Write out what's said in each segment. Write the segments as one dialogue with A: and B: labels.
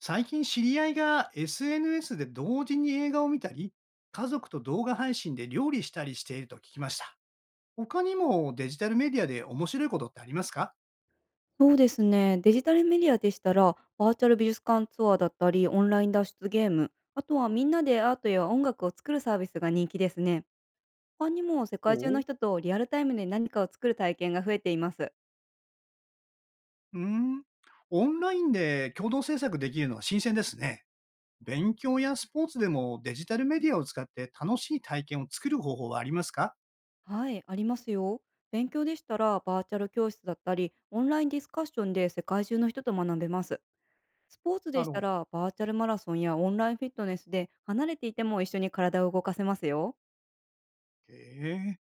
A: 最近知り合いが SNS で同時に映画を見たり、家族と動画配信で料理したりしていると聞きました。他にもデジタルメディアで面白いことってありますか？
B: そうですね。デジタルメディアでしたら、バーチャル美術館ツアーだったり、オンライン脱出ゲーム、あとはみんなでアートや音楽を作るサービスが人気ですね。他にも世
A: お
B: 界中の
A: う。
B: 人とリアルタイムで何かを作る体験が増えています。
A: うーん。オンラインで共同制作できるのは新鮮ですね。勉強やスポーツでもデジタルメディアを使って楽しい体験を作る方法はありますか？
B: はい、ありますよ。勉強でしたら、バーチャル教室だったり、オンラインディスカッションで世界中の人と学べます。スポーツ
A: な
B: でし
A: る
B: た
A: ほど。
B: ら、バーチャルマラソンやオンラインフィットネスで離れていても一緒に体を動かせますよ。
A: へえ。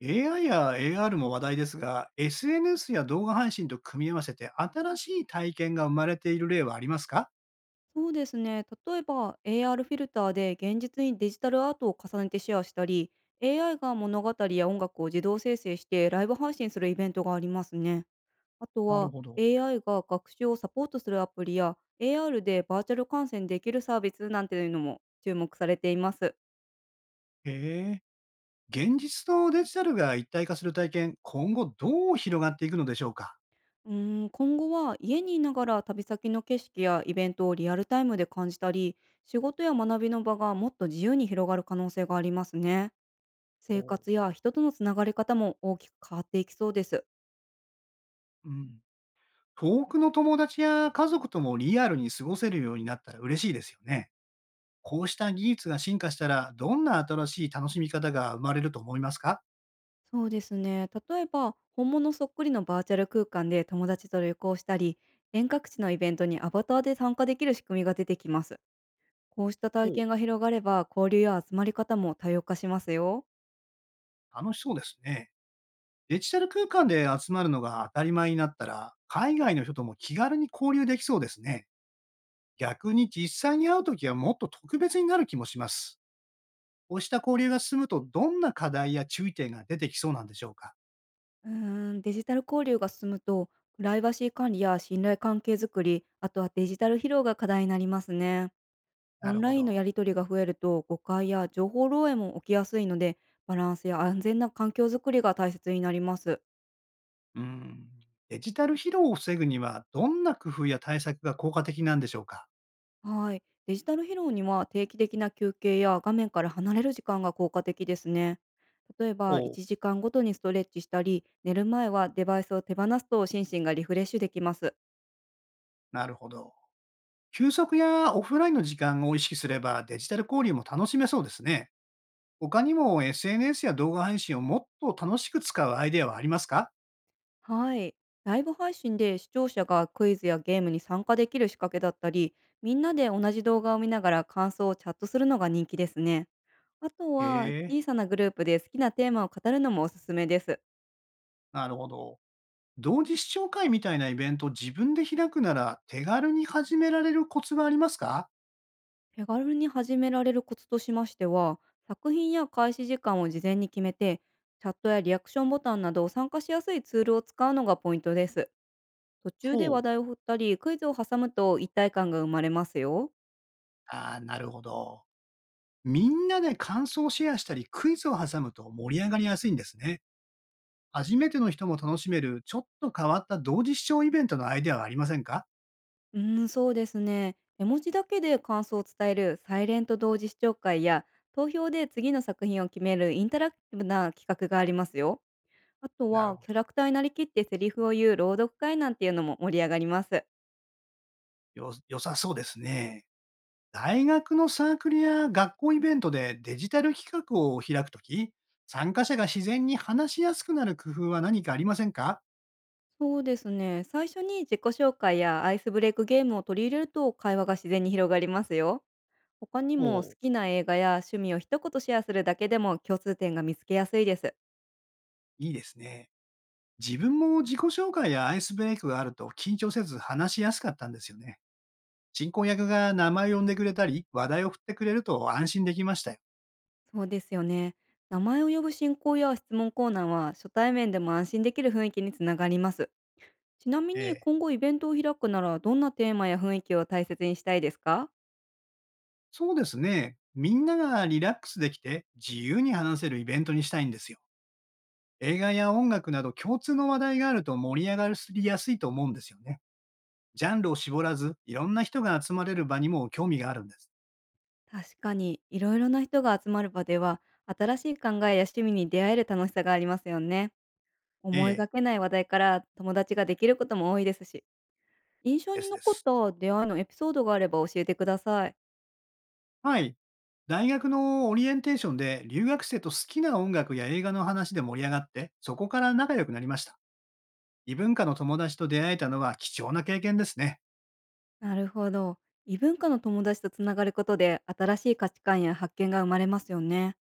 A: AI や AR も話題ですが、SNS や動画配信と組み合わせて新しい体験が生まれている例はありますか？
B: そうですね。例えば AR フィルターで現実にデジタルアートを重ねてシェアしたり、AI が物語や音楽を自動生成してライブ配信するイベントがありますね。あと
A: なる
B: は
A: ほど。
B: AI が学習をサポートするアプリや AR でバーチャル観戦できるサービスなんていうのも注目されています。
A: へえ。現実とデジタルが一体化する体験、今後どう広がっていくのでしょうか？
B: 今後は家にいながら旅先の景色やイベントをリアルタイムで感じたり、仕事や学びの場がもっと自由に広がる可能性がありますね。
A: お
B: 生
A: う。
B: 活や人とのつながり方も大きく変わっていきそうです。
A: うん。遠くの友達や家族ともリアルに過ごせるようになったら嬉しいですよね。こうした技術が進化したら、どんな新しい楽しみ方が生まれると思いますか？
B: そうですね。例えば、本物そっくりのバーチャル空間で友達と旅行したり、遠隔地のイベントにアバターで参加できる仕組みが出てきます。こうした
A: お
B: 体
A: う。
B: 験が広がれば、交流や集まり方も多様化しますよ。
A: 楽しそうですね。デジタル空間で集まるのが当たり前になったら、海外の人とも気軽に交流できそうですね。逆に実際に会うときはもっと特別になる気もします。こうした交流が進むと、どんな課題や注意点が出てきそうなんでしょうか？
B: うーデジタル交流が進むと、プライバシー管理や信頼関係づくり、あとはデジタル疲労が課題になりますね。オ
A: な
B: ン
A: るほ
B: ラインの
A: ど。
B: やり取りが増えると誤解や情報漏洩も起きやすいので、バランスや安全な環境づくりが大切になります。
A: うん。デジタル疲労を防ぐには、どんな工夫や対策が効果的なんでしょうか？
B: はい。デジタル疲労には定期的な休憩や画面から離れる時間が効果的ですね。例え
A: お
B: ば
A: う。
B: 1時間ごとにストレッチしたり、寝る前はデバイスを手放すと心身がリフレッシュできます。
A: なるほど。休息やオフラインの時間を意識すれば、デジタル交流も楽しめそうですね。他にも SNS や動画配信をもっと楽しく使うアイデアはありますか？
B: はい。ライブ配信で視聴者がクイズやゲームに参加できる仕掛けだったり、みんなで同じ動画を見ながら感想をチャットするのが人気ですね。あと
A: へ
B: は、
A: え、
B: 小さなグループで好きなテーマを語るのもおすすめです。
A: なるほど。同時視聴会みたいなイベントを自分で開くなら、手軽に始められるコツはありますか？
B: 手軽に始められるコツとしましては、作品や開始時間を事前に決めて、チャットやリアクションボタンなど参加しやすいツールを使うのがポイントです。途中で
A: ほ
B: 話
A: う。
B: 題を振ったり、クイズを挟むと一体感が生まれますよ。
A: ああ、なるほど。みんなで感想をシェアしたり、クイズを挟むと盛り上がりやすいんですね。初めての人も楽しめる、ちょっと変わった同時視聴イベントのアイデアはありませんか？
B: そうですね。絵文字だけで感想を伝えるサイレント同時視聴会や、投票で次の作品を決めるインタラクティブな企画がありますよ。あと
A: なる
B: は、
A: ほ
B: キャ
A: ど。
B: ラクターになりきってセリフを言う朗読会なんていうのも盛り上がります。
A: 良さそうですね。大学のサークルや学校イベントでデジタル企画を開くとき、参加者が自然に話しやすくなる工夫は何かありませんか？
B: そうですね。最初に自己紹介やアイスブレイクゲームを取り入れると会話が自然に広がりますよ。他にも
A: おお
B: 好
A: う、
B: きな映画や趣味を一言シェアするだけでも共通点が見つけやすいです。
A: いいですね。自分も自己紹介やアイスブレイクがあると緊張せず話しやすかったんですよね。進行役が名前を呼んでくれたり、話題を振ってくれると安心できましたよ。
B: そうですよね。名前を呼ぶ進行や質問コーナーは初対面でも安心できる雰囲気につながります。ちなみ
A: え
B: に
A: え、
B: 今後イベントを開くなら、どんなテーマや雰囲気を大切にしたいですか？
A: そうですね。みんながリラックスできて自由に話せるイベントにしたいんですよ。映画や音楽など共通の話題があると盛り上がりやすいと思うんですよね。ジャンルを絞らず、いろんな人が集まれる場にも興味があるんです。
B: 確かに、いろいろな人が集まる場では、新しい考えや趣味に出会える楽しさがありますよね。
A: え
B: 思い
A: え、
B: がけない話題から友達ができることも多いですし、印象
A: で
B: に
A: すで
B: 残っ
A: す。
B: た出会いのエピソードがあれば教えてください。
A: はい。大学のオリエンテーションで留学生と好きな音楽や映画の話で盛り上がって、そこから仲良くなりました。異文化の友達と出会えたのは貴重な経験ですね。
B: なるほど。異文化の友達とつながることで、新しい価値観や発見が生まれますよね。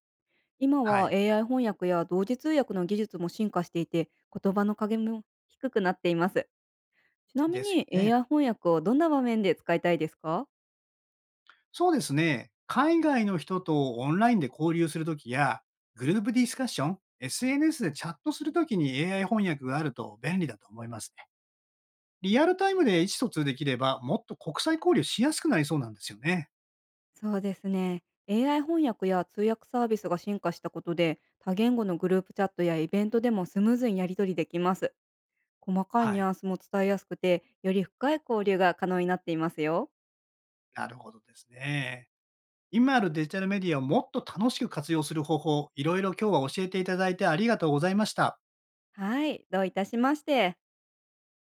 B: 今
A: は
B: は
A: い、
B: AI 翻訳や同時通訳の技術も進化していて、言葉の影も低くなっています。ちなみ
A: ですよ
B: に
A: ね。
B: AI 翻訳をどんな場面で使いたいですか？
A: そうですね。海外の人とオンラインで交流するときや、グループディスカッション、SNS でチャットするときに AI 翻訳があると便利だと思いますね。リアルタイムで意思疎通できれば、もっと国際交流しやすくなりそうなんですよね。
B: そうですね。AI 翻訳や通訳サービスが進化したことで、多言語のグループチャットやイベントでもスムーズにやり取りできます。細かい
A: は
B: ニュ
A: い。
B: アンスも伝えやすくて、より深い交流が可能になっていますよ。
A: なるほどですね。今あるデジタルメディアをもっと楽しく活用する方法、いろいろ今日は教えていただいてありがとうございました。
B: はい、どういたしまして。